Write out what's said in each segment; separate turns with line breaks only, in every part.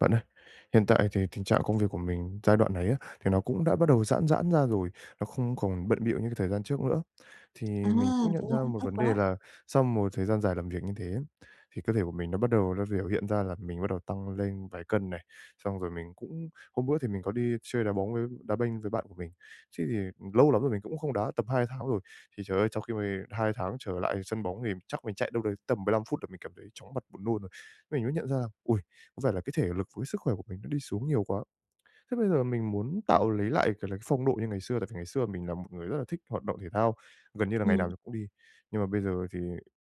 Bạn ơi, hiện tại thì tình trạng công việc của mình giai đoạn này á, thì nó cũng đã bắt đầu giãn giãn ra rồi, nó không còn bận bịu như cái thời gian trước nữa. Thì
À,
mình cũng
thế
nhận ra
à?
một
Tốt
vấn đề
quá.
là sau một thời gian dài làm việc như thế thì cơ thể của mình nó bắt đầu biểu hiện ra là mình bắt đầu tăng lên vài cân này, xong rồi mình cũng hôm bữa thì mình có đi chơi đá bóng với đá banh với bạn của mình. Thế thì lâu lắm rồi mình cũng không đá, tầm 2 tháng rồi. Thì trời ơi, sau khi mà 2 tháng trở lại sân bóng thì chắc mình chạy đâu đấy tầm 15 phút là mình cảm thấy chóng mặt buồn nôn rồi. Mình mới nhận ra là, ôi! Có vẻ là cái thể lực với sức khỏe của mình nó đi xuống nhiều quá. Thế bây giờ mình muốn tạo lấy lại cái phong độ như ngày xưa, tại vì ngày xưa mình là một người rất là thích hoạt động thể thao, gần như là ngày
Ừ
nào cũng đi. Nhưng mà bây giờ thì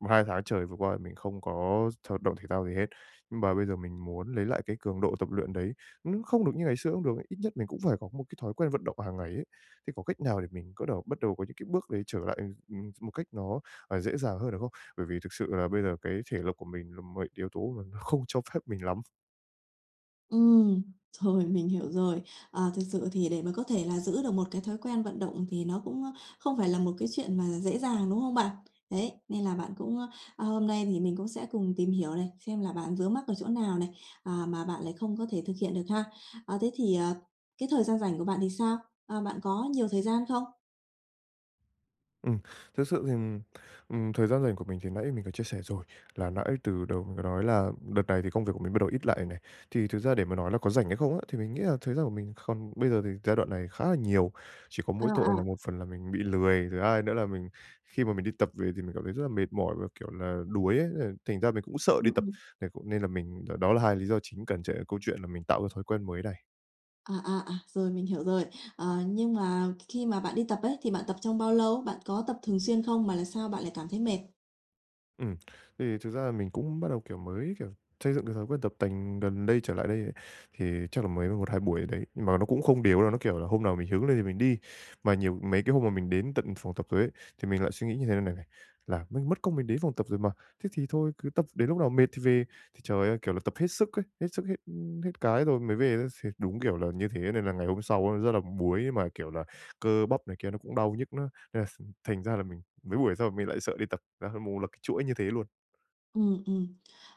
1-2 tháng trời vừa qua mình không có hoạt động thể thao gì hết. Nhưng mà bây giờ mình muốn lấy lại cái cường độ tập luyện đấy, nó không được như ngày xưa cũng được, ít nhất mình cũng phải có một cái thói quen vận động hàng ngày ấy. Thế có cách nào để mình có đầu bắt đầu có những cái bước đấy trở lại, một cách nó, dễ dàng hơn được không? Bởi vì thực sự là bây giờ cái thể lực của mình là một yếu tố mà nó không cho phép mình lắm.
ừm, rồi, mình hiểu rồi. À, thực sự thì để mà có thể là giữ được một cái thói quen vận động thì nó cũng, không phải là một cái chuyện mà dễ dàng, đúng không bạn? Đấy, nên là bạn cũng, à, hôm nay thì mình cũng sẽ cùng tìm hiểu này, xem là bạn vướng mắc ở chỗ nào này, à, mà bạn lại không có thể thực hiện được ha. À, thế thì, à, cái thời gian rảnh của bạn thì sao? À, bạn có nhiều thời gian không?
Ừm, thực sự thì, thời gian rảnh của mình thì nãy mình có chia sẻ rồi, là nãy từ đầu mình có nói là đợt này thì công việc của mình bắt đầu ít lại này. Thì thực ra để mà nói là có rảnh hay không á, thì mình nghĩ là thời gian của mình còn bây giờ thì giai đoạn này khá là nhiều, chỉ có
À,
mỗi tội là
à,
một phần là mình bị lười, thứ hai nữa là mình khi mà mình đi tập về thì mình cảm thấy rất là mệt mỏi và, kiểu là, đuối ấy, nên thành ra mình cũng sợ đi tập,
ừm.
nên mình đó là hai lý do chính cản trở câu chuyện là mình tạo cái thói quen mới này.
À, à, à, rồi mình hiểu rồi. Ờ, nhưng mà khi mà bạn đi tập ấy thì bạn tập trong bao lâu? Bạn có tập thường xuyên không mà là sao bạn lại cảm thấy mệt?
Ừm, thì thực ra là mình cũng bắt đầu, kiểu, mới, kiểu, xây dựng cái thói quen tập tành gần đây trở lại đây ấy, thì chắc là mới một hai buổi đấy, nhưng mà nó cũng không đều đâu, nó, kiểu là, hôm nào mình hứng lên thì mình đi. Mà nhiều mấy cái hôm mà mình đến tận phòng tập rồi ấy, thì mình lại suy nghĩ như thế này này, là "Mình mất công mình đến phòng tập rồi mà, thế thì thôi cứ tập đến lúc nào mệt thì về." Thì trời ơi, kiểu là, tập hết sức ấy, hết cái rồi mới về á, thì đúng, kiểu là, như thế nên là ngày hôm sau á rất là buối mà, kiểu là, cơ bắp này kia nó cũng đau nhức nữa, nên là thành ra là mình mấy buổi sau mình lại sợ đi tập. Là hơn một là cái chuỗi như thế luôn.
Ừ, ừm.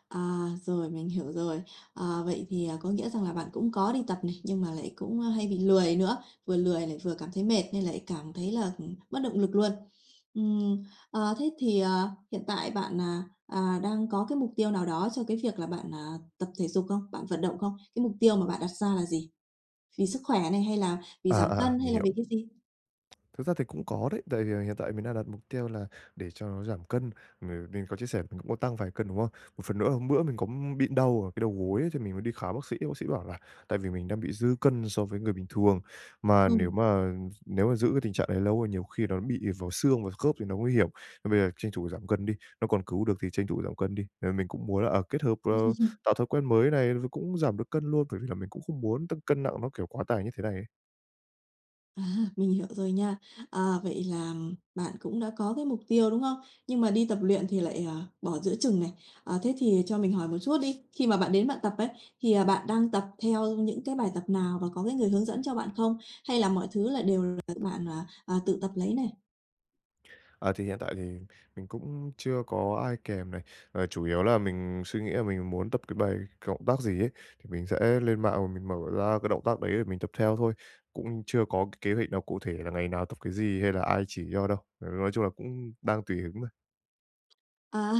À, rồi mình hiểu rồi. Ờ, vậy thì, à, có nghĩa rằng là bạn cũng có đi tập này, nhưng mà lại cũng, a, hay bị lười nữa, vừa lười lại vừa cảm thấy mệt nên lại cảm thấy là, mất động lực luôn. Ừm, ờ, thế thì, ờ, hiện tại bạn, à, à, đang có cái mục tiêu nào đó cho cái việc là bạn, à, tập thể dục không? Bạn vận động không? Cái mục tiêu mà bạn đặt ra là gì? Vì sức khỏe này, hay là vì giảm cân, hay
Mình
là
hiểu.
vì cái gì?
Thực ra thì cũng có đấy, tại vì hiện tại mình đang đặt mục tiêu là để cho nó giảm cân, mình có chia sẻ mình cũng có tăng vài cân, đúng không? Một phần nữa hôm bữa mình có bị đau ở cái đầu gối ấy, thì mình mới đi khám bác sĩ bảo là tại vì mình đang bị dư cân so với người bình thường, mà nếu
Ừm,
mà nếu mà giữ cái tình trạng này lâu thì nhiều khi nó bị vào xương, vào khớp thì nó nguy hiểm. Nên bây giờ tranh thủ giảm cân đi, nó còn cứu được thì tranh thủ giảm cân đi. Ờ, mình cũng muốn là, kết hợp, tạo thói quen mới này, rồi cũng giảm được cân luôn, bởi vì là mình cũng không muốn tăng cân nặng nó, kiểu, quá tải như thế này ấy.
à, mình hiểu rồi nha. À, vậy là bạn cũng đã có cái mục tiêu, đúng không? Nhưng mà đi tập luyện thì lại, ờ, bỏ giữa chừng này. Ờ, thế thì cho mình hỏi một chút đi, khi mà bạn đến bạn tập ấy, thì, à, bạn đang tập theo những cái bài tập nào và có cái người hướng dẫn cho bạn không? Hay là mọi thứ là đều là bạn, à, à, tự tập lấy này?
À, thì hiện tại thì mình cũng chưa có ai kèm này, chủ yếu là mình suy nghĩ là mình muốn tập cái bài cái động tác gì ấy, thì mình sẽ lên mạng và mình mở ra cái động tác đấy để mình tập theo thôi, cũng chưa có cái kế hoạch nào cụ thể là ngày nào tập cái gì hay là ai chỉ cho đâu. Ờ, nói chung là cũng đang tùy hứng thôi.
À,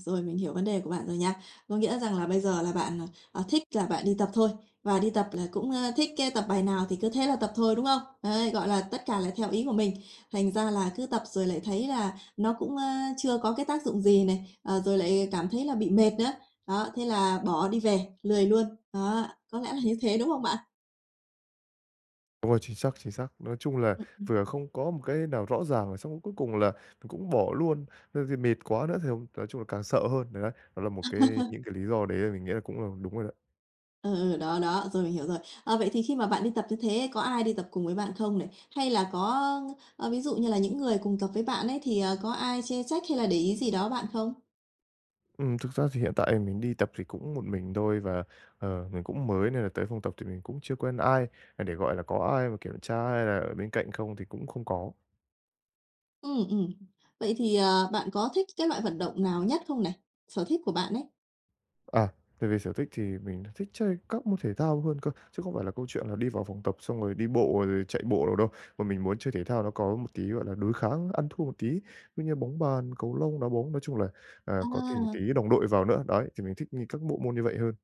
rồi mình hiểu vấn đề của bạn rồi nha. Có nghĩa rằng là bây giờ là bạn, ờ, thích là bạn đi tập thôi, và đi tập là cũng, ơ, thích cái tập bài nào thì cứ thế là tập thôi, đúng không? Đấy, gọi là, tất cả là theo ý của mình. Thành ra là cứ tập rồi lại thấy là nó cũng, ơ, chưa có cái tác dụng gì này, ờ, rồi lại cảm thấy là bị mệt nữa. Đó, thế là bỏ đi về, lười luôn. Đó, có lẽ là như thế, đúng không bạn?
Đúng rồi, chính xác, chính xác. Nói chung là vừa không có một cái nào rõ ràng, rồi xong rồi cuối cùng là mình cũng bỏ luôn, thế thì mệt quá nữa thì không- nói chung là càng sợ hơn. Đấy, đấy, đó là một cái những cái lý do đấy là mình nghĩ là cũng là đúng rồi đó.
Ừ, ừ, đó, đó, rồi mình hiểu rồi. À, vậy thì khi mà bạn đi tập như thế có ai đi tập cùng với bạn không này? Hay là có, ờ, ví dụ như là những người cùng tập với bạn ấy thì, ờ, có ai chê trách hay là để ý gì đó bạn không?
Thực ra thì hiện tại mình đi tập thì cũng một mình thôi và, mình cũng mới nên là tới phòng tập thì mình cũng chưa quen ai, à, để, gọi là, có ai mà kiểm tra hay là ở bên cạnh không thì cũng không có.
Ừ ừm. Vậy thì, ờ, bạn có thích cái loại vận động nào nhất không này? Sở thích của bạn ấy?
À, về về sở thích thì mình thích chơi các môn thể thao hơn cơ, chứ không phải là câu chuyện là đi vào phòng tập xong rồi đi bộ rồi chạy bộ đâu đâu, mà mình muốn chơi thể thao nó có một tí, gọi là, đối kháng, ăn thua một tí, ví như bóng bàn, cầu lông, đá bóng, nói chung là, à, có thể
À,
tí đồng đội vào nữa. Đấy, thì mình thích như các bộ môn như vậy hơn.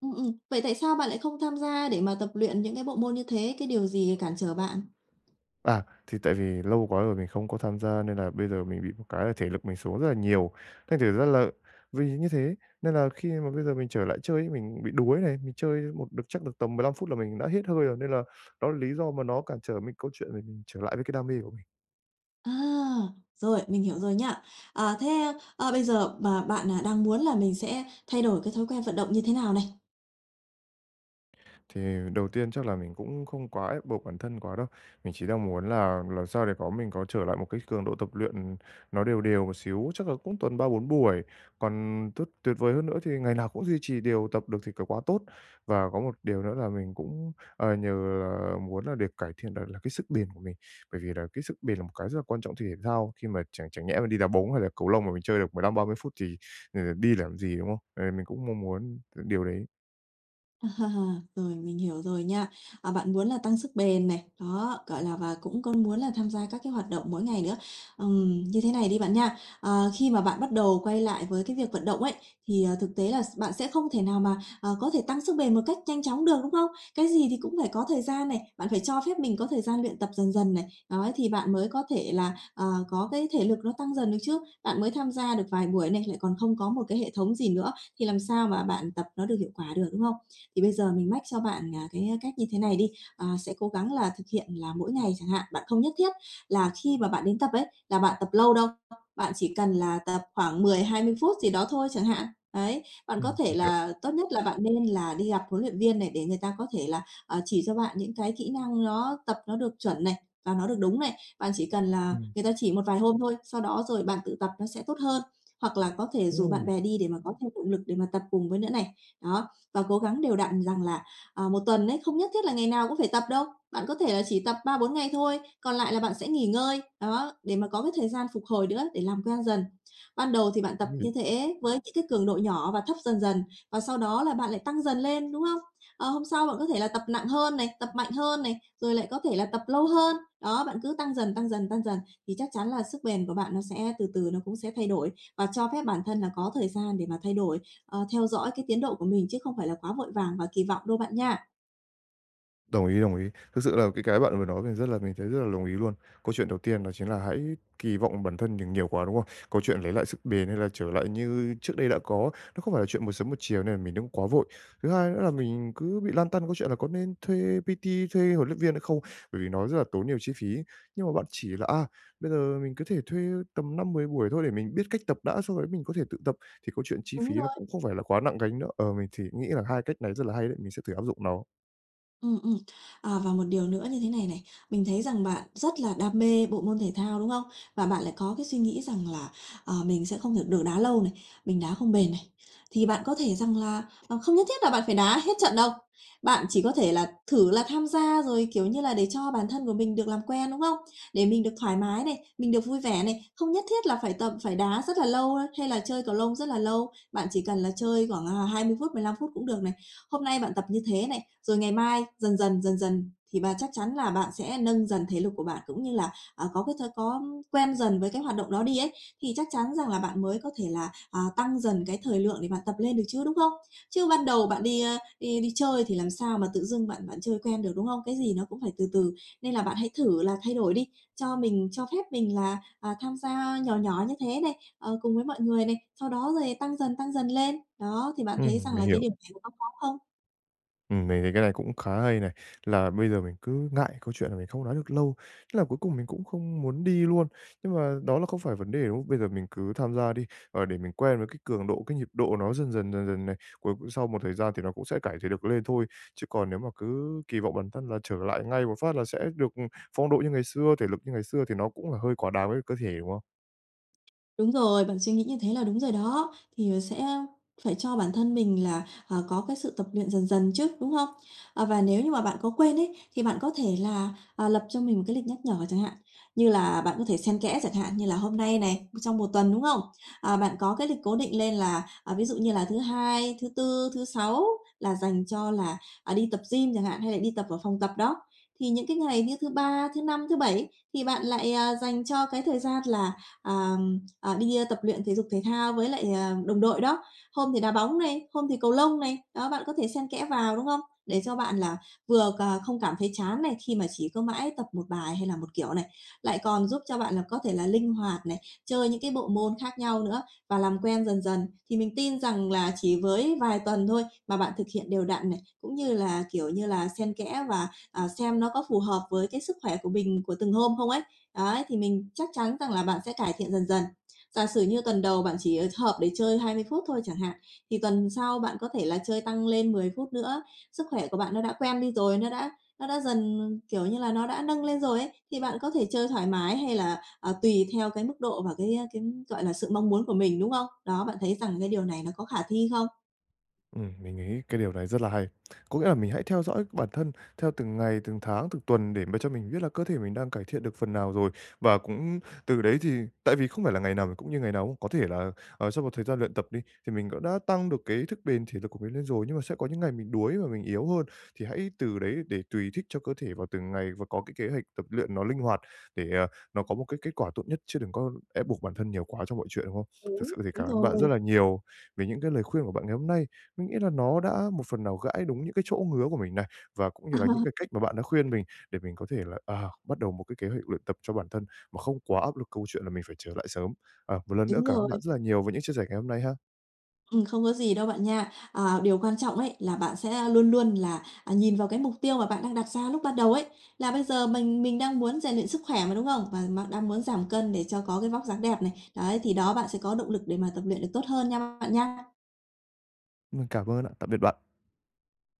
ừ. Vậy tại sao bạn lại không tham gia để mà tập luyện những cái bộ môn như thế? Cái điều gì cản trở bạn?
À, thì tại vì lâu quá rồi mình không có tham gia nên là bây giờ mình bị một cái là thể lực mình xuống rất là nhiều. Thành thử ra là vì như thế nên là khi mà bây giờ mình trở lại chơi ấy, mình bị đuối này, mình chơi một được chắc được tầm 15 phút là mình đã hết hơi rồi nên là đó là lý do mà nó cản trở mình câu chuyện mình trở lại với cái đam mê của mình.
À, rồi, mình hiểu rồi nhá. À, thế, ờ, bây giờ mà bạn, à, đang muốn là mình sẽ thay đổi cái thói quen vận động như thế nào này?
Thì đầu tiên chắc là mình cũng không quá ép buộc bản thân quá đâu. Mình chỉ đang muốn là làm sao để có mình có trở lại một cái cường độ tập luyện nó đều đều một xíu, chắc là cũng tuần 3-4 buổi. Còn tuyệt vời hơn nữa thì ngày nào cũng duy trì đều tập được thì c quá tốt. Và có một điều nữa là mình cũng, nhờ là muốn là được cải thiện là cái sức bền của mình, bởi vì là cái sức bền là một cái rất là quan trọng thể thao, khi mà chẳng chẳng nhẽ mà đi đá bóng hay là cầu lông mà mình chơi được 15-30 phút thì, đi làm gì, đúng không? Ờ, mình cũng mong muốn điều đấy.
À, rồi, mình hiểu rồi nha. À, bạn muốn là tăng sức bền này, đó, gọi là, và cũng có muốn là tham gia các cái hoạt động mỗi ngày nữa. Như thế này đi bạn nha, ờ, khi mà bạn bắt đầu quay lại với cái việc vận động ấy, thì, ờ, thực tế là bạn sẽ không thể nào mà, ờ, có thể tăng sức bền một cách nhanh chóng được, đúng không? Cái gì thì cũng phải có thời gian này, bạn phải cho phép mình có thời gian luyện tập dần dần này, đấy, thì bạn mới có thể là, ờ, có cái thể lực nó tăng dần được chứ. Bạn mới tham gia được vài buổi này, lại còn không có một cái hệ thống gì nữa, thì làm sao mà bạn tập nó được hiệu quả được, đúng không? Thì bây giờ mình mách cho bạn, à, cách như thế này đi, à, sẽ cố gắng là thực hiện là mỗi ngày chẳng hạn. Bạn không nhất thiết là khi mà bạn đến tập ấy, là bạn tập lâu đâu, bạn chỉ cần là tập khoảng 10-20 phút gì đó thôi chẳng hạn. Đấy, bạn có thể
Mình hiểu.
là tốt nhất là bạn nên là đi gặp huấn luyện viên này để người ta có thể là, ờ, chỉ cho bạn những cái kỹ năng nó tập nó được chuẩn này, và nó được đúng này. Bạn chỉ cần là
Ừm.
người ta chỉ một vài hôm thôi, sau đó rồi bạn tự tập nó sẽ tốt hơn. Hoặc là có thể rủ bạn
Ừm.
bè đi để mà có thêm động lực để mà tập cùng với nữa này. Đó, và cố gắng đều đặn rằng là, à, 1 tuần ấy, không nhất thiết là ngày nào cũng phải tập đâu. Bạn có thể là chỉ tập 3-4 ngày thôi, còn lại là bạn sẽ nghỉ ngơi, đó, để mà có cái thời gian phục hồi nữa để làm quen dần. Ban đầu thì bạn tập
Đồng
như
ý.
thế với những cái cường độ nhỏ và thấp dần dần, và sau đó là bạn lại tăng dần lên, đúng không? Ờ, hôm sau bạn có thể là tập nặng hơn này, tập mạnh hơn này, rồi lại có thể là tập lâu hơn. Đó, bạn cứ tăng dần, tăng dần, tăng dần thì chắc chắn là sức bền của bạn nó sẽ từ từ nó cũng sẽ thay đổi và cho phép bản thân là có thời gian để mà thay đổi ờ, theo dõi cái tiến độ của mình chứ không phải là quá vội vàng và kỳ vọng đâu bạn nha.
Đồng ý, đồng ý. Thực sự là cái bạn vừa nói mình rất là mình thấy rất là đồng ý luôn. Câu chuyện đầu tiên đó chính là hãy kỳ vọng bản thân đừng nhiều quá, đúng không? Câu chuyện lấy lại sức bền hay là trở lại như trước đây đã có, nó không phải là chuyện một sớm một chiều nên là mình đừng quá vội. Thứ hai nữa là mình cứ bị lăn tăn câu chuyện là có nên thuê PT, thuê huấn luyện viên hay không, bởi vì nó rất là tốn nhiều chi phí. Nhưng mà bạn chỉ là, à, bây giờ mình có thể thuê tầm 5-10 buổi thôi để mình biết cách tập đã, sau đấy mình có thể tự tập, thì câu chuyện chi
Đúng
phí nó
rồi.
cũng không phải là quá nặng gánh nữa. Ờ, mình thì nghĩ là hai cách này rất là hay đấy, mình sẽ thử áp dụng nó.
Ừm, ừm. À, và một điều nữa như thế này này, mình thấy rằng bạn rất là đam mê bộ môn thể thao, đúng không? Và bạn lại có cái suy nghĩ rằng là, ờ, mình sẽ không thể được đá lâu này, mình đá không bền này. Thì bạn có thể rằng là, ờ, không nhất thiết là bạn phải đá hết trận đâu, bạn chỉ có thể là thử là tham gia rồi, kiểu như là, để cho bản thân của mình được làm quen, đúng không? Để mình được thoải mái này, mình được vui vẻ này, không nhất thiết là phải tập phải đá rất là lâu hay là chơi cầu lông rất là lâu, bạn chỉ cần là chơi khoảng, à, 20 phút, 15 phút cũng được này hôm nay bạn tập như thế này, rồi ngày mai dần dần, dần dần thì bà chắc chắn là bạn sẽ nâng dần thể lực của bạn cũng như là, à, có cái thói có quen dần với cái hoạt động đó đi ấy, thì chắc chắn rằng là bạn mới có thể là, à, tăng dần cái thời lượng để bạn tập lên được chứ, đúng không? Chứ ban đầu bạn đi, đi chơi thì làm sao mà tự dưng bạn bạn chơi quen được, đúng không? Cái gì nó cũng phải từ từ, nên là bạn hãy thử là thay đổi đi, cho mình cho phép mình là, à, tham gia nhỏ nhỏ như thế này, ờ, cùng với mọi người này, sau đó rồi tăng dần lên. Đó, thì bạn thấy rằng
Mình
là cái
hiểu.
điều này nó có khó không?
Mình thấy cái này cũng khá hay này, là bây giờ mình cứ ngại câu chuyện là mình không nói được lâu, thế là cuối cùng mình cũng không muốn đi luôn. Nhưng mà đó là không phải vấn đề, đúng không? Bây giờ mình cứ tham gia đi, để mình quen với cái cường độ, cái nhịp độ nó dần dần, dần dần này, cuối sau một thời gian thì nó cũng sẽ cải thiện được lên thôi. Chứ còn nếu mà cứ kỳ vọng bản thân là trở lại ngay một phát là sẽ được phong độ như ngày xưa, thể lực như ngày xưa thì nó cũng là hơi quá đáng với cơ thể, đúng không?
Đúng rồi, bạn suy nghĩ như thế là đúng rồi đó, thì ờ, sẽ phải cho bản thân mình là, ờ, có cái sự tập luyện dần dần chứ, đúng không? Ờ, và nếu như mà bạn có quên ấy, thì bạn có thể là, à, lập cho mình một cái lịch nhắc nhở chẳng hạn, như là bạn có thể xen kẽ chẳng hạn, như là hôm nay này, trong một tuần, đúng không? À, bạn có cái lịch cố định lên là, à, ví dụ như là thứ Hai, thứ Tư, thứ Sáu là dành cho là, à, đi tập gym chẳng hạn, hay là đi tập ở phòng tập đó. Thì những cái ngày như thứ Ba, thứ Năm, thứ Bảy thì bạn lại, à, dành cho cái thời gian là, à à, đi, à, tập luyện thể dục thể thao với lại, à, đồng đội đó. Hôm thì đá bóng này, hôm thì cầu lông này, đó, bạn có thể xen kẽ vào, đúng không? Để cho bạn là vừa không cảm thấy chán này, khi mà chỉ có mãi tập một bài hay là một kiểu này, lại còn giúp cho bạn là có thể là linh hoạt này, chơi những cái bộ môn khác nhau nữa và làm quen dần dần. Thì mình tin rằng là chỉ với vài tuần thôi mà bạn thực hiện đều đặn này, cũng như là, kiểu như là, xen kẽ và, à, xem nó có phù hợp với cái sức khỏe của mình của từng hôm không ấy. Đấy, thì mình chắc chắn rằng là bạn sẽ cải thiện dần dần. Giả sử như tuần đầu bạn chỉ, ờ, hợp để chơi 20 phút thôi chẳng hạn, thì tuần sau bạn có thể là chơi tăng lên 10 phút nữa. Sức khỏe của bạn nó đã quen đi rồi, nó đã dần, kiểu như là, nó đã nâng lên rồi ấy, thì bạn có thể chơi thoải mái hay là, ờ, tùy theo cái mức độ và cái, gọi là, sự mong muốn của mình, đúng không? Đó, bạn thấy rằng cái điều này nó có khả thi không?
Mình nghĩ cái điều này rất là hay. Có nghĩa là mình hãy theo dõi bản thân theo từng ngày, từng tháng, từng tuần để mà cho mình biết là cơ thể mình đang cải thiện được phần nào rồi. Và cũng từ đấy thì tại vì không phải là ngày nào mình cũng như ngày nào, có thể là, sau một thời gian luyện tập đi, thì mình cũng đã tăng được cái thức bền, thể lực của mình lên rồi, nhưng mà sẽ có những ngày mình đuối và mình yếu hơn, thì hãy từ đấy để tùy thích cho cơ thể vào từng ngày và có cái kế hoạch tập luyện nó linh hoạt để, nó có một cái kết quả tốt nhất chứ đừng có ép buộc bản thân nhiều quá trong mọi chuyện, đúng không? Thực
Đúng,
sự thì
đúng
cảm ơn bạn
rồi.
rất là nhiều về những cái lời khuyên của bạn ngày hôm nay. Mình nghĩ là nó đã một phần nào gãi đúng những cái chỗ ngứa của mình này, và cũng như là những cái cách mà bạn đã khuyên mình để mình có thể là, à, bắt đầu một cái kế hoạch luyện tập cho bản thân mà không quá áp lực câu chuyện là mình phải trở lại sớm. À, một lần nữa
Đúng
cảm ơn bạn
rồi.
rất là nhiều với những chia sẻ ngày hôm nay ha.
Không có gì đâu bạn nha. À, điều quan trọng ấy là bạn sẽ luôn luôn là, à, nhìn vào cái mục tiêu mà bạn đang đặt ra lúc ban đầu ấy, là bây giờ mình đang muốn rèn luyện sức khỏe mà, đúng không? Và mà đang muốn giảm cân để cho có cái vóc dáng đẹp này. Đấy, thì đó bạn sẽ có động lực để mà tập luyện được tốt hơn nha bạn nha.
Mình cảm ơn ạ. Tạm biệt bạn.